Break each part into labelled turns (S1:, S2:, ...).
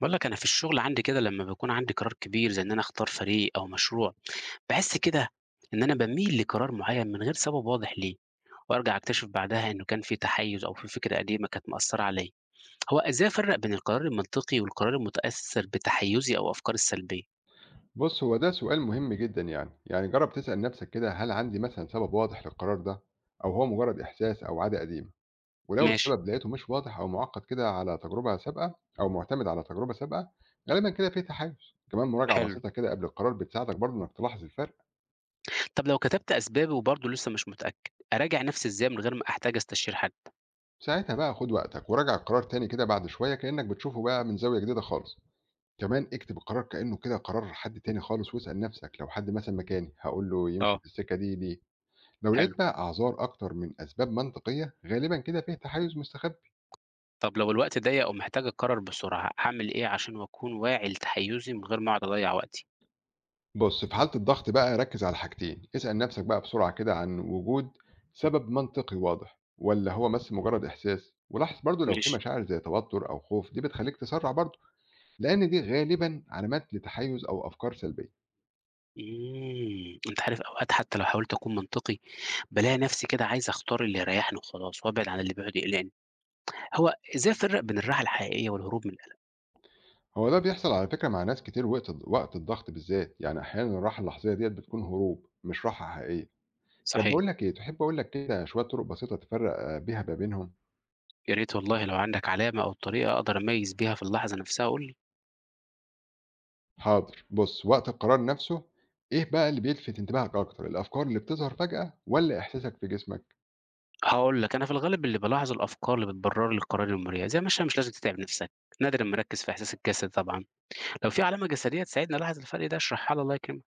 S1: باقول لك أنا في الشغل عندي كده لمّا بيكون عندي قرار كبير زي إن أنا أختار فريق أو مشروع، باحس كده إن أنا باميل لقرار معيّن من غير سبب واضح ليه، وأرجع أكتشف بعدها إنه كان في تحيُّز أو في فكرة قديمة كانت مأثّرة عليَّ. هو إزاي أفرّق بين القرار المنطقي والقرار المتأثّر بتحيُّزي أو أفكاري السلبية؟
S2: بُص، هو ده سؤال مهم جدًا يعني، جرّب تسأل نَفْسك كده هل عندي مثلًا سبب واضح للقرار ده أو هو مجرّد إحساس أو عادة قديمة، ولو
S1: ماشي،
S2: السبب لقيته مش واضح أو مُعقّد كده على تجربة سابقة أو مُعتمد على تجربة سابقة، غالبًا كده في تحيُّز، كمان مراجعة
S1: حلو.
S2: بسيطة كده قبل القرار بتساعدك برضه إنّك تلاحظ الفرق،
S1: طب لو كتبت أسبابي وبرضه لسه مش متأكد، أراجع نفسي إزاي من غير ما أحتاج أستشير حد؟
S2: ساعتها بقى خُد وقتك وراجع القرار تاني كده بعد شوية كإنّك بتشوفه بقى من زاوية جديدة خالص، كمان اكتب القرار كإنّه كده قرار حد تاني خالص واسأل نَفْسك لو حد مثلًا مكاني هاقول له يمشي
S1: آه،
S2: في السكة دي ليه؟ لو
S1: حلو.
S2: لقيت بقى أعذار أكتر من أسباب منطقية غالبا كده فيه تحيز مستخبي.
S1: طب لو الوقت ضيّق ومحتاج أقرر بسرعة، أعمل إيه عشان أكون واعي لتحيُّزي من غير ما أقعد أضيّع وقتي؟
S2: بص في حالة الضغط بقى ركز على حاجتين، اسأل نفسك بقى بسرعة كده عن وجود سبب منطقي واضح ولا هو بس مجرد إحساس، ولاحظ برضو لو في
S1: ماشي.
S2: مشاعر زي توتر أو خوف دي بتخليك تسرع برضو، لأن دي غالبا علامات لتحيز أو أفكار سلبية.
S1: أنت عارف أوقات حتى لو حاولت أكون منطقي، بالاقي نفسي كده عايز أختار اللي يريحني وخلاص، وأبعد عن اللي بيقعد يقلقني. هو إزاي أفرّق بين الراحة الحقيقية والهروب من القلق؟
S2: هو ده بيحصل على فكرة مع ناس كتير وقت الضغط بالذات، يعني أحيانا الراحة اللحظية ديت بتكون هروب مش راحة حقيقية. طب
S1: صحيح،
S2: بقول لك إيه، تحب أقول لك كده شوية طرق بسيطة تفرق بيها ما بينهم.
S1: يا ريت والله لو عندك علامة أو طريقة أقدر أميّز بيها في اللحظة نفسها قُل لي.
S2: حاضر. بُص، وقت القرار نفسه، إيه بقى اللي بيلفت انتباهك أكتر، الأفكار اللي بتظهر فجأة والّا إحساسك في جسمك؟
S1: هاقول لك، أنا في الغالب اللي بالاحظ الأفكار اللي بتبرر لي القرار المُريح، زي ما عشان مش لازم تتعب نفسك، نادرًا ما أركّز في إحساس الجسد طبعًا، لو في علامة جسدية تساعدني ألاحظ الفرق ده اشرحها لي الله يكرمك.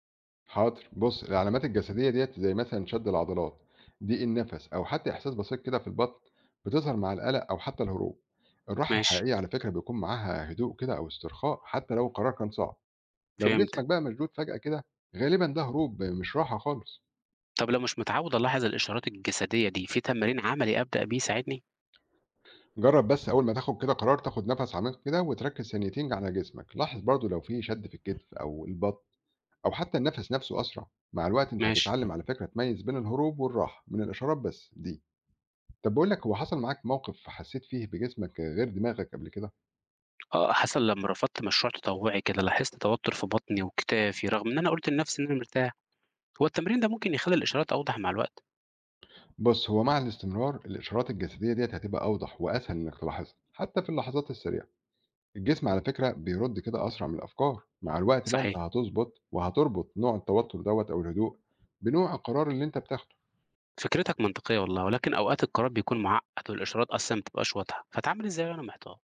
S2: حاضر. بُص، العلامات الجسدية ديّة زي مثلًا شد العضلات، ضيق النَفَس أو حتى إحساس بسيط كده في البطن، بتظهر مع القلق أو حتى الهروب. الراحة
S1: ماشي،
S2: الحقيقية على فكرة بيكون معاها هدوء كده أو استرخاء حتى لو القرار كان صعب. لو جسمك
S1: فهمتك.
S2: بقى مشدود فجأة كده، غالبًا ده هروب مش راحة خالص.
S1: طب لو مش متعوّد ألاحظ الإشارات الجسدية دي، في تمرين عملي أبدأ بيه يساعدني؟
S2: جرّب بس أول ما تاخد كده قرار، تاخد نَفَس عميق كده وتركّز ثانيتين على جسمك. لاحظ برضه لو في شد في الكتف أو البطن. أو حتى النفس نفسه أسرع. مع الوقت أنت
S1: ماشي.
S2: هتتعلم على فكرة تميز بين الهروب والراحة من الإشارات بس دي. طب بقول لك، هو حصل معاك موقف حسيت فيه بجسمك غير دماغك قبل كده؟
S1: آه، حصل لمّا رفضت مشروع تطوعي كده، لاحظت توتر في بطني وكتافي رغم إن أنا قُلت لنفسي إن أنا مرتاح، هو التمرين ده ممكن يخلّي الإشارات أوضح مع الوقت؟
S2: بص هو مع الاستمرار الإشارات الجسدية ديت هتبقى أوضح وأسهل إنك تلاحظها حتى في اللحظات السريعة. الجسم على فكرة بيرد كده أسرع من الأفكار، مع الوقت بقى أنت
S1: صحيح،
S2: هتظبط وهتربط نوع التوتر دوت أو الهدوء بنوع القرار اللي أنت بتاخده.
S1: فكرتك منطقية والله، ولكن أوقات القرار بيكون معقّد والإشارات أصلًا ما بتبقاش واضحة، فأتعامل إزاي وأنا محتار؟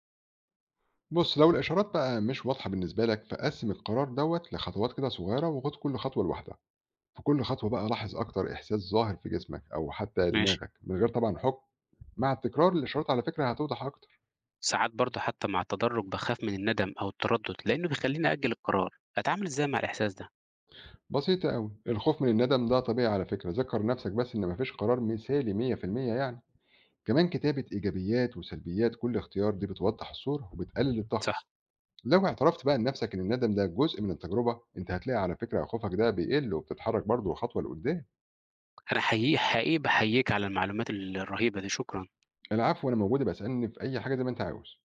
S2: بص لو الإشارات بقى مش واضحة بالنسبة لك، فقسم القرار دوت لخطوات كده صغيرة وخد كل خطوة لوحدها، في كل خطوة بقى لاحظ أكتر إحساس ظاهر في جسمك أو حتى
S1: ماشي،
S2: دماغك من غير طبعًا حكم، مع التكرار الإشارات على فكرة هتوضح أكتر.
S1: ساعات برضه حتى مع التدرج باخاف من الندم أو التردد لإنه بيخلّيني أأجل القرار، أتعامل إزاي مع الإحساس ده؟
S2: بسيطة أوي، الخوف من الندم ده طبيعي على فكرة، ذكّر نفسك بس إن ما فيش قرار مثالي 100% يعني، كمان كتابة إيجابيات وسلبيات كل اختيار دي بتوضح الصورة وبتقلل الضغط،
S1: صح،
S2: لو اعترفت بقى لنفسك إن الندم ده جزء من التجربة، أنت هتلاقي على فكرة خوفك ده بيقل وبتتحرك برضه خطوة لقدام.
S1: أنا حقيقي، حقيقي باحييك على المعلومات الرهيبة دي، شكرًا.
S2: العفو، أنا موجود، ابقى اسألني في أي حاجة زي ما أنت عاوز.